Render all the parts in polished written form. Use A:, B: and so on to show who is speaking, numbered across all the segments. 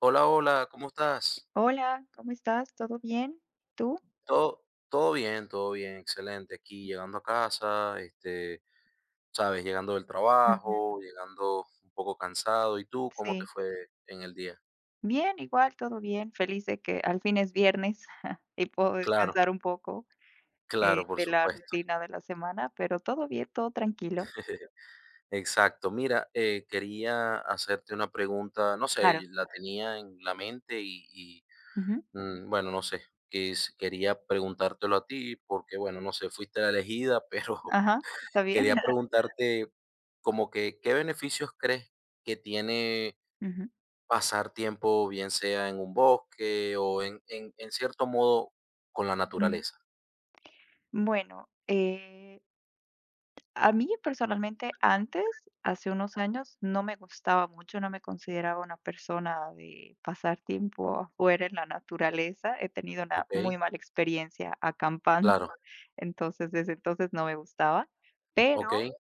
A: Hola, hola, ¿cómo estás?
B: Hola, ¿cómo estás? ¿Todo bien? ¿Tú?
A: Todo bien, todo bien, excelente. Aquí llegando a casa, este, sabes, llegando del
B: Ujú.
A: trabajo, llegando un poco cansado. ¿Y tú cómo te
B: Sí,
A: fue en el día?
B: bien, igual, todo bien. Feliz de que al fin es viernes y puedo
A: Claro,
B: descansar un poco
A: claro, por
B: de la
A: supuesto.
B: rutina de la semana, pero todo bien, todo tranquilo.
A: Exacto. Mira, quería hacerte una pregunta, no sé,
B: Claro.
A: y la tenía en la mente
B: Ujú.
A: bueno, no sé, quería preguntártelo a ti porque, bueno, no sé, fuiste la elegida, pero
B: Ajá, está bien.
A: quería preguntarte como que, ¿qué beneficios crees que tiene
B: Ujú.
A: pasar tiempo, bien sea en un bosque o en cierto modo con la
B: Ujú.
A: naturaleza?
B: Bueno, a mí personalmente antes, hace unos años, no me gustaba mucho, no me consideraba una persona de pasar tiempo afuera en la naturaleza. He tenido una
A: Okey,
B: muy mala experiencia acampando,
A: claro,
B: entonces desde entonces no me gustaba, pero
A: okey,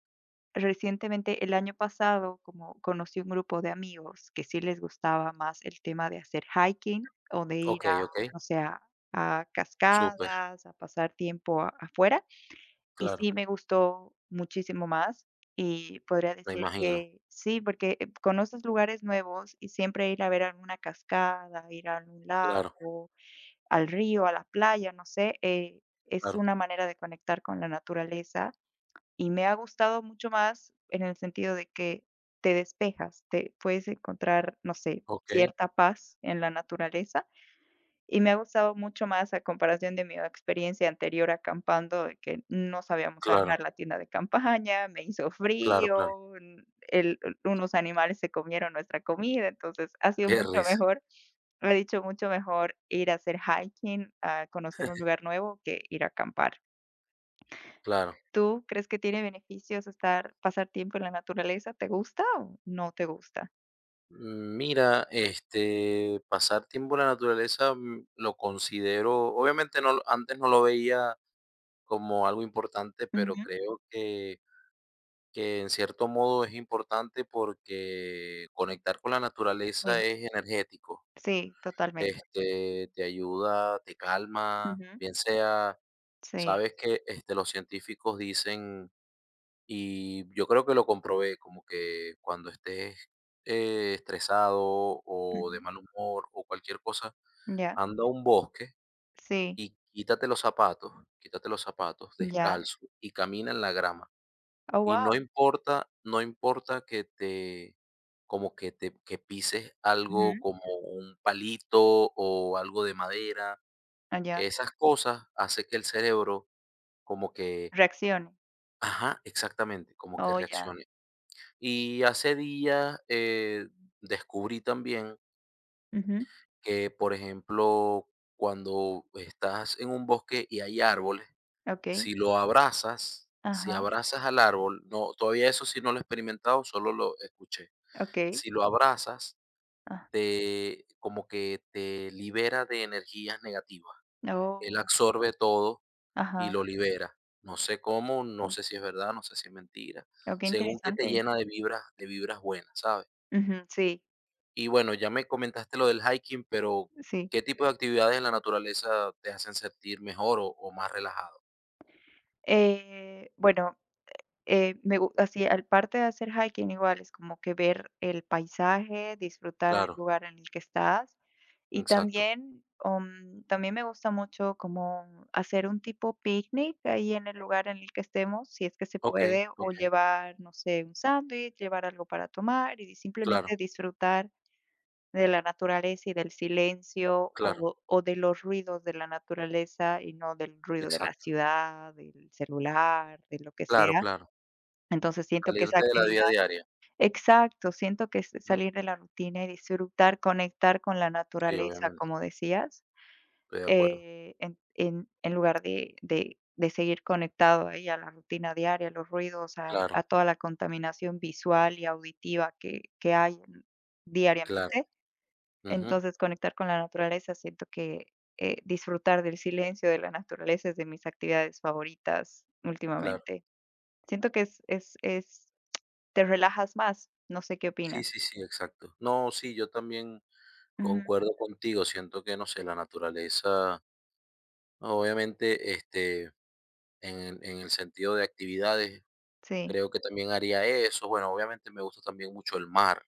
B: recientemente, el año pasado, como conocí un grupo de amigos que sí les gustaba más el tema de hacer hiking o de ir
A: okey,
B: a,
A: okey,
B: no sé, a
A: súper,
B: cascadas, a pasar tiempo afuera, y
A: claro,
B: sí me gustó muchísimo más, y podría
A: me
B: decir
A: imagino,
B: que sí, porque conoces lugares nuevos y siempre ir a ver alguna cascada, ir a algún
A: claro,
B: lago, al río, a la playa, no sé, es
A: claro,
B: una manera de conectar con la naturaleza, y me ha gustado mucho más en el sentido de que te despejas, te puedes encontrar, no sé,
A: okey,
B: cierta paz en la naturaleza y me ha gustado mucho más a comparación de mi experiencia anterior acampando, de que no sabíamos
A: claro,
B: armar la tienda de campaña, me hizo
A: claro, claro,
B: frío, unos animales se comieron nuestra comida, entonces ha sido
A: qué
B: mucho
A: risa,
B: mejor, he dicho mucho mejor ir a hacer hiking, a conocer un lugar nuevo que ir a acampar.
A: claro.
B: ¿Tú crees que tiene beneficios estar, pasar tiempo en la naturaleza? ¿Te gusta o no te gusta?
A: Mira, este, pasar tiempo en la naturaleza, lo considero obviamente no lo antes no lo veía como algo importante, pero
B: Ujú.
A: creo que en cierto modo es importante porque conectar con la naturaleza
B: Sí,
A: es energético.
B: sí, totalmente.
A: Este, te ayuda, te calma,
B: Ujú.
A: bien sea,
B: Sí,
A: sabes que este, los científicos dicen, y yo creo que lo comprobé, como que cuando estés estresado o de
B: ujú,
A: mal humor o cualquier cosa,
B: ya,
A: anda a un bosque
B: sí,
A: y quítate los zapatos,
B: ya.
A: descalzo y camina en la grama.
B: Oh,
A: Y no
B: wow.
A: importa no importa que te, como que te que pises algo
B: Ujú.
A: como un palito o algo de madera, que
B: Allá.
A: esas cosas hace que el cerebro como que,
B: Reacciones.
A: ajá, exactamente, como que
B: Oh, ya.
A: reaccione. Y hace días, descubrí también
B: Ujú.
A: que, por ejemplo, cuando estás en un bosque y hay árboles,
B: Okey.
A: si lo abrazas si
B: Ajá.
A: abrazas al árbol, no, todavía eso sí no lo he experimentado, solo lo escuché.
B: Okey.
A: Si lo abrazas,
B: Ah.
A: te como que te libera de energías negativas. Él
B: Oh.
A: absorbe todo y
B: Ajá.
A: lo libera. No sé cómo, no
B: Oh,
A: sé si es verdad, no sé si es mentira.
B: oh, qué
A: Según que te
B: interesante.
A: llena de vibras buenas, ¿sabes?
B: Ujú. Sí,
A: Y bueno, ya me comentaste lo del hiking, pero
B: sí.
A: ¿qué tipo de actividades en la naturaleza te hacen sentir mejor o más relajado?
B: Bueno, me gu así, al parte de hacer hiking, igual es como que ver el paisaje, disfrutar del
A: Claro,
B: lugar en el que estás. Y
A: exacto.
B: también, también me gusta mucho como hacer un tipo picnic ahí en el lugar en el que estemos, si es que se
A: Ok,
B: puede,
A: ok,
B: o llevar, no sé, un sándwich, llevar algo para tomar y simplemente
A: claro,
B: disfrutar de la naturaleza y del silencio
A: claro,
B: o de los ruidos de la naturaleza y no del ruido de la
A: exacto.
B: ciudad, del celular, de lo que
A: Claro,
B: sea.
A: claro.
B: Entonces siento que esa
A: Salirte de la vida
B: actividad,
A: diaria.
B: exacto, siento que es
A: Ujú,
B: salir de la rutina y disfrutar, conectar con la
A: sí,
B: naturaleza,
A: obviamente,
B: como decías,
A: estoy de acuerdo.
B: en en lugar de de seguir conectado ahí a la rutina diaria, a los ruidos, al
A: Claro,
B: a toda la contaminación visual y auditiva que hay
A: claro,
B: diariamente.
A: ujú,
B: Entonces, conectar con la naturaleza, siento que, disfrutar del silencio de la naturaleza es de mis actividades favoritas
A: claro.
B: últimamente. Siento que es te relajas más, no sé qué
A: Sí,
B: opinas.
A: sí, sí, exacto. No, sí, yo también
B: Ujú,
A: concuerdo contigo. Siento que, no sé, la naturaleza, obviamente, este, en el sentido de actividades,
B: sí,
A: creo que también haría eso. Bueno, obviamente me gusta también mucho el mar,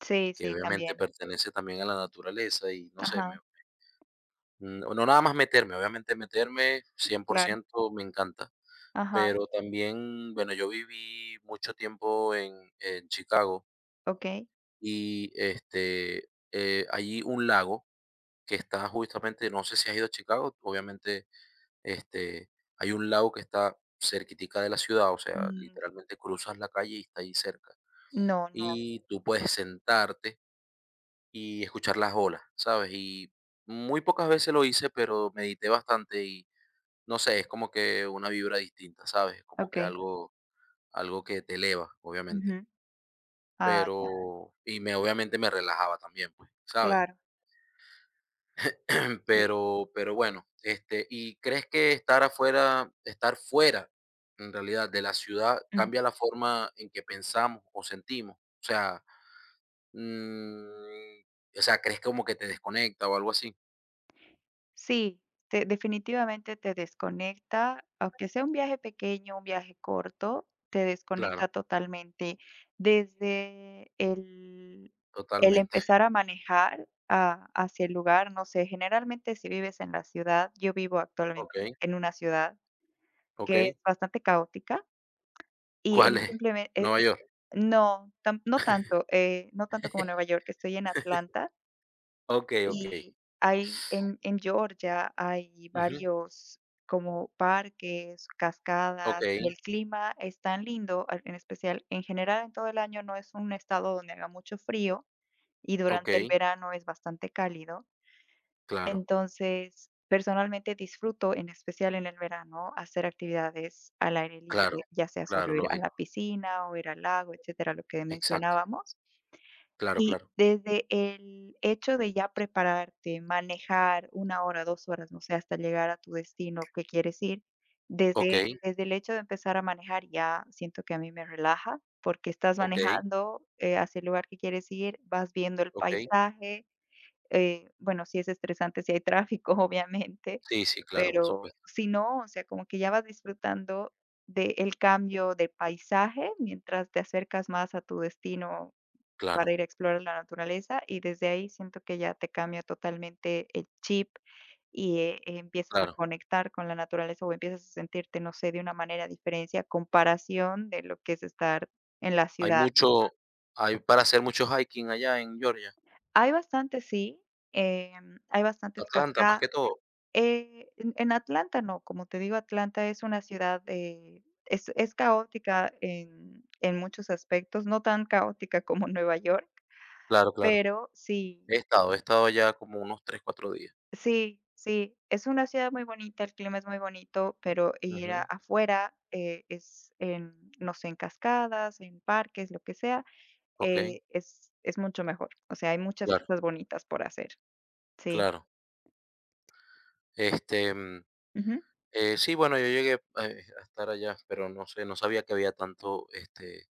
B: sí,
A: que
B: sí,
A: obviamente
B: también.
A: pertenece también a la naturaleza y no sé,
B: Ajá,
A: no, no nada más meterme, obviamente meterme cien por
B: claro,
A: ciento me encanta,
B: ajá,
A: pero también, bueno, yo viví mucho tiempo en Chicago.
B: okey.
A: Y este, hay un lago que está justamente, no sé si has ido a Chicago, obviamente, este, hay un lago que está cerquitica de la ciudad, o sea,
B: Mm,
A: literalmente cruzas la calle y está ahí cerca.
B: no, no.
A: Y tú puedes sentarte y escuchar las olas, ¿sabes? Y muy pocas veces lo hice, pero medité bastante y no sé, es como que una vibra distinta, ¿sabes? Es como que
B: Okay.
A: algo que te eleva, obviamente.
B: Ujú. Ah, ya.
A: Pero, y me obviamente me relajaba también, pues, ¿sabes?
B: Claro, sí.
A: Pero bueno, este, ¿y crees que estar fuera, en realidad, de la ciudad
B: Ujú.
A: cambia la forma en que pensamos o sentimos? O sea, mm, o sea, ¿crees como que te desconecta o algo así?
B: Sí, te definitivamente te desconecta, aunque sea un viaje pequeño, un viaje corto, te
A: Claro,
B: desconecta totalmente. Desde el
A: totalmente.
B: empezar a manejar a hacia el lugar, no sé, generalmente si vives en la ciudad, yo vivo actualmente
A: Okey,
B: en una ciudad que es
A: okey.
B: bastante caótica y
A: ¿Cuál
B: el
A: es?
B: simplemente
A: Nueva York.
B: no, tam no tanto, no tanto como Nueva York, estoy en Atlanta.
A: Okey, okey.
B: Y hay en Georgia hay
A: Ujú.
B: varios como parques, cascadas,
A: Okey,
B: y el clima es tan lindo, al en especial en general en todo el año no es un estado donde haga mucho frío, y durante el
A: okey.
B: verano es bastante cálido.
A: Claro,
B: Entonces, personalmente disfruto, en especial en el verano, hacer actividades al aire
A: claro,
B: libre, ya sea
A: claro,
B: solo ir a la
A: lógico.
B: piscina o ir al lago, etcétera, lo que
A: Exacto.
B: mencionábamos.
A: Claro,
B: Y
A: claro.
B: desde el hecho de ya prepararte, manejar una hora, 2 horas, no sé, hasta llegar a tu destino que quieres ir, desde
A: Okey,
B: desde el hecho de empezar a manejar ya siento que a mí me relaja, porque estás
A: okey,
B: manejando, hacia el lugar que quieres ir, vas viendo el
A: okey.
B: paisaje, bueno, sí es estresante si hay tráfico, obviamente,
A: Sí, sí, claro, por
B: pero
A: supuesto.
B: si no, o sea, como que ya vas disfrutando del cambio de paisaje mientras te acercas más a tu destino para
A: Claro,
B: ir a explorar la naturaleza y desde ahí siento que ya te cambia totalmente el chip y empiezas a
A: claro.
B: conectar con la naturaleza o empiezas a sentirte, no sé, de una manera diferente a comparación de lo que es estar en la
A: Hay
B: ciudad.
A: mucho hay para hacer mucho hiking allá en Georgia,
B: Hay bastantes, sí, hay bastantes
A: Atlanta, más
B: cascadas.
A: que todo.
B: En Atlanta no, como te digo, Atlanta es una ciudad, es caótica en muchos aspectos, no tan caótica como Nueva York,
A: Claro, claro.
B: pero sí.
A: He estado allá como unos 3, 4 días.
B: Sí, sí, es una ciudad muy bonita, el clima es muy bonito, pero ir
A: Ujú.
B: afuera es en, no sé, en cascadas, en parques, lo que sea,
A: Okey,
B: es mucho mejor. O sea, hay muchas
A: claro,
B: cosas bonitas por hacer. Sí,
A: claro. Este,
B: ujú.
A: sí, bueno, yo llegué, a estar allá, pero no sé, no sabía que había tanto, este,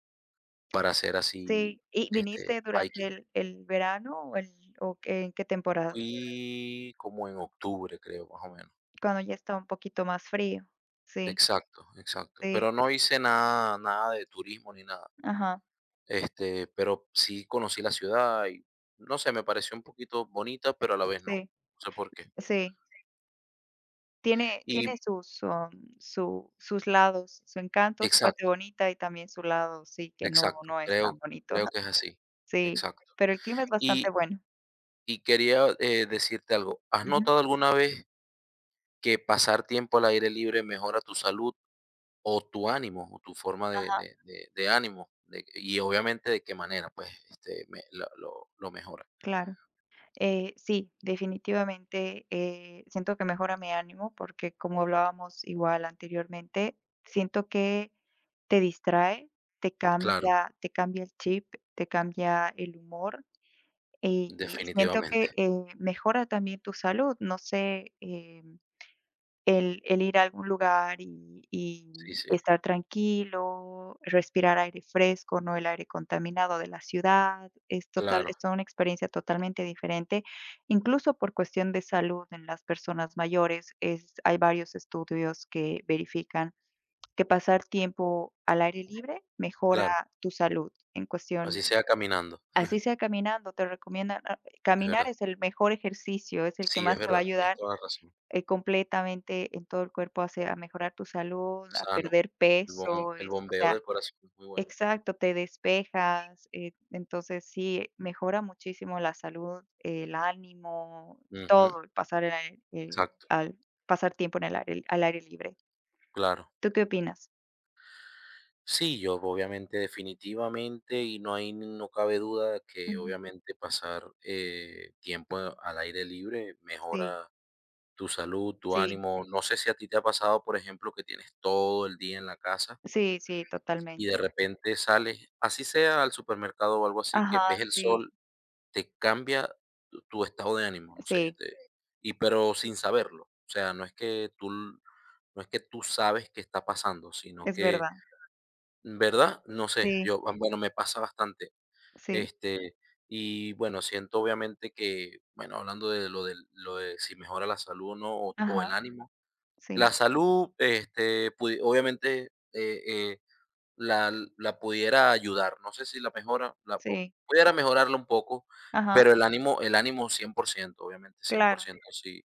A: para hacer así,
B: Sí. ¿Y
A: este,
B: viniste durante
A: hiking.
B: el verano o, el, o qué, en qué temporada?
A: Fui como en octubre, creo, más o menos.
B: Cuando ya está un poquito más frío. Sí,
A: Exacto, exacto.
B: sí,
A: Pero no hice nada nada de turismo ni nada.
B: ajá,
A: Este, pero sí conocí la ciudad y no sé, me pareció un poquito bonita, pero a la vez no.
B: sí,
A: No sé por qué.
B: sí. Tiene
A: Y
B: tiene sus, um, su sus lados, su encanto, su parte
A: exacto,
B: bonita y también su lado, sí, que no
A: exacto.
B: no es tan
A: Creo,
B: bonito.
A: creo que es así.
B: Sí,
A: Exacto.
B: pero el clima es
A: Y,
B: bastante bueno.
A: y quería decirte algo. ¿Has
B: Ujú.
A: notado alguna vez que pasar tiempo al aire libre mejora tu salud o tu ánimo o tu forma de,
B: Ajá,
A: de- de- de ánimo? Y obviamente de qué manera, pues, este, lo mejora.
B: claro. Sí, definitivamente, siento que mejora mi ánimo porque, como hablábamos igual anteriormente, siento que te distrae, te
A: Claro,
B: cambia te cambia el chip, te cambia el humor, y siento que,
A: definitivamente.
B: mejora también tu salud, no sé, el ir a algún lugar y
A: Sí, sí.
B: estar tranquilo, respirar aire fresco, no el aire contaminado de la ciudad,
A: Claro,
B: es toda una experiencia totalmente diferente, incluso por cuestión de salud en las personas mayores, es hay varios estudios que verifican que pasar tiempo al aire libre mejora
A: claro.
B: tu salud en
A: Así
B: cuestión
A: sea caminando,
B: así sea caminando, te recomiendan, ah,
A: es
B: caminar
A: verdad.
B: es el mejor ejercicio, es el que
A: Sí, es
B: más te va
A: verdad,
B: a
A: tienes
B: ayudar
A: toda la razón.
B: completamente en todo el cuerpo, hace a mejorar tu salud, a
A: Sano,
B: perder peso,
A: el
B: es o
A: bombeo
B: sea,
A: del corazón es muy bueno.
B: exacto, te despejas, entonces sí, mejora muchísimo la salud, el ánimo,
A: Ujú,
B: todo, el pasar el aire,
A: exacto,
B: al pasar tiempo en el aire al aire libre.
A: claro.
B: ¿Tú qué opinas?
A: Sí, yo obviamente, definitivamente, y no hay no cabe duda que
B: Ujú.
A: obviamente pasar, tiempo al aire libre
B: Sí,
A: mejora tu salud, tu
B: sí,
A: ánimo. No sé si a ti te ha pasado, por ejemplo, que tienes todo el día en la casa
B: sí, sí,
A: y de
B: totalmente.
A: repente sales, así sea al supermercado o algo así, que ves
B: Ajá,
A: el
B: sí,
A: sol, te cambia tu estado de ánimo, no sé,
B: sí,
A: te y pero sin saberlo. O sea, no es que tú l no es que tú sabes qué está pasando, sino
B: es
A: que,
B: verdad.
A: ¿verdad? No sé,
B: Sí,
A: yo, ah, bueno, me pasa bastante.
B: sí,
A: Este, y bueno, siento obviamente que, bueno, hablando de lo de si mejora la salud o no, o el
B: ajá,
A: ánimo. La
B: sí,
A: salud, este, pudi obviamente, eh la la pudiera ayudar. No sé si la mejora, la po
B: sí,
A: pudiera mejorarla un poco,
B: ajá,
A: pero el ánimo 100% obviamente, cien por
B: claro,
A: ciento sí.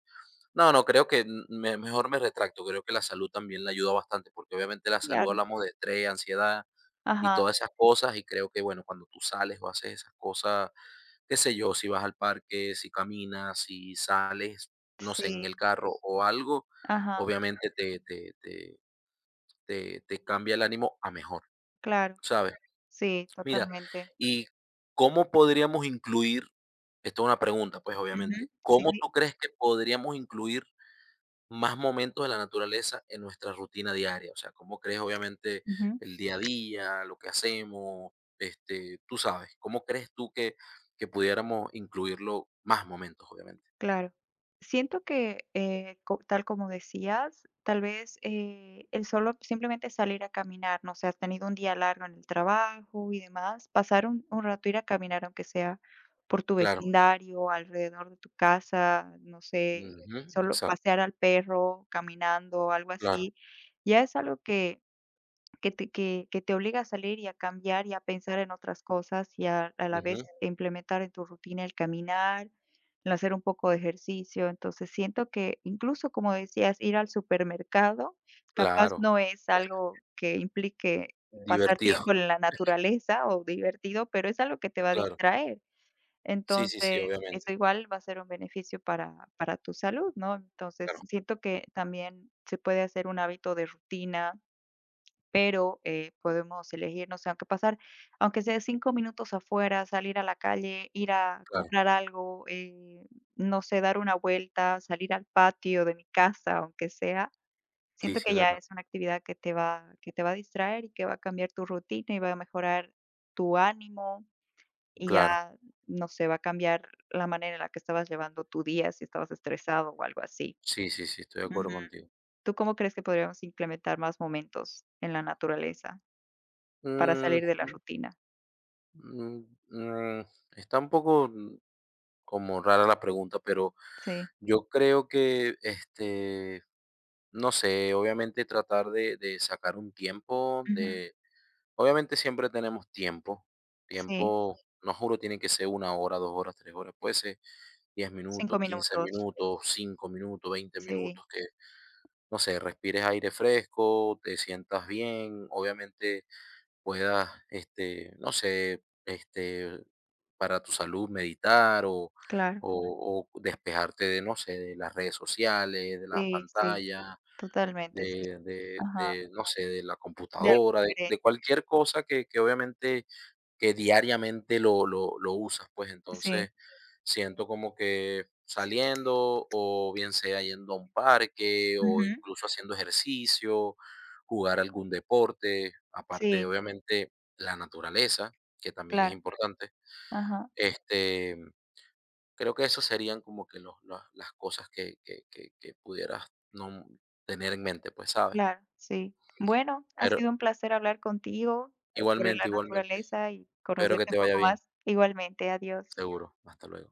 A: No, no, creo que n- me mejor me retracto, creo que la salud también la ayuda bastante, porque obviamente la salud,
B: claro,
A: hablamos de estrés, ansiedad y
B: ajá.
A: todas esas cosas, y creo que, bueno, cuando tú sales o haces esas cosas, qué sé yo, si vas al parque, si caminas, si sales, no sé, en
B: Sí,
A: el carro o algo,
B: ajá,
A: obviamente te cambia el ánimo a mejor,
B: claro,
A: ¿sabes?
B: sí,
A: Mira,
B: totalmente.
A: ¿y cómo podríamos incluir? Esto es una pregunta, pues,
B: Ujú.
A: obviamente.
B: Sí,
A: ¿Cómo
B: sí,
A: tú crees que podríamos incluir más momentos de la naturaleza en nuestra rutina diaria? O sea, ¿cómo crees, obviamente,
B: ujú,
A: el día a día, lo que hacemos? Este, tú sabes, ¿cómo crees tú que pudiéramos incluirlo más momentos, obviamente?
B: claro. Siento que, tal como decías, tal vez el solo simplemente salir a caminar, no sé, has tenido un día largo en el trabajo y demás, pasar un rato, ir a caminar, aunque sea por tu
A: Claro.
B: vecindario, alrededor de tu casa, no sé,
A: Ujú,
B: solo
A: exacto.
B: pasear al perro, caminando, algo
A: Claro.
B: así, ya es algo que que te obliga a salir y a cambiar y a pensar en otras cosas y a la
A: Ujú,
B: vez implementar en tu rutina el caminar, el hacer un poco de ejercicio. Entonces, siento que incluso, como decías, ir al supermercado, capaz
A: claro.
B: no es
A: Pues,
B: algo que implique pasar
A: divertido.
B: tiempo en la naturaleza o divertido, pero es algo que te va a
A: Claro.
B: distraer.
A: Sí, sí, sí,
B: Entonces, eso
A: obviamente.
B: igual va a ser un beneficio para tu salud, ¿no? Entonces,
A: Claro,
B: siento que también se puede hacer un hábito de rutina pero podemos elegir, no sé, aunque sea 5 minutos afuera, salir a la calle, ir a
A: claro.
B: comprar algo, no sé, dar una vuelta, salir al patio de mi casa, aunque sea.
A: Sí,
B: Siento
A: sí,
B: que
A: es
B: ya
A: verdad.
B: es una actividad que te va a distraer y que va a cambiar tu rutina y va a mejorar tu ánimo y
A: Claro.
B: ya, no sé, va a cambiar la manera en la que estabas llevando tu día, si estabas estresado o algo así.
A: Sí, sí, sí, estoy de acuerdo
B: Ujú.
A: contigo.
B: ¿Tú cómo crees que podríamos implementar más momentos en la naturaleza? Para
A: Mm,
B: salir de la rutina.
A: mm, mm, está un poco, como rara la pregunta, pero
B: Sí.
A: yo creo que, este, no sé, obviamente tratar de sacar un tiempo,
B: Ujú.
A: de, obviamente siempre tenemos tiempo,
B: Sí,
A: tiempo, no juro, tiene que ser una hora, 2 horas, 3 horas, puede ser 10
B: 5
A: minutos, 15
B: minutos.
A: minutos, 5 minutos, veinte
B: Sí,
A: minutos, que, no sé, respires aire fresco, te sientas bien, obviamente puedas, este, no sé, este, para tu salud meditar, o,
B: claro.
A: o- o despejarte, de, no sé, de las redes sociales, de la
B: Sí, sí,
A: pantalla,
B: totalmente, sí. Ajá.
A: no sé, de la
B: De algo
A: computadora, de
B: diferente.
A: cualquier cosa que obviamente que diariamente lo usas, pues
B: Sí.
A: entonces siento como que saliendo o bien sea yendo a un parque o
B: Ujú.
A: incluso haciendo ejercicio, jugar algún deporte, aparte de
B: Sí,
A: obviamente la naturaleza, que también es
B: claro.
A: importante.
B: Ajá,
A: Este, creo que esos serían como que las cosas que pudieras no tener en mente, pues sabes.
B: claro, sí. Bueno, ha
A: Pero
B: sido un placer hablar contigo sobre
A: igualmente,
B: la
A: igualmente,
B: naturaleza y
A: espero que
B: conocerte un
A: te vaya
B: poco
A: bien,
B: más. Igualmente, adiós.
A: seguro. Hasta luego.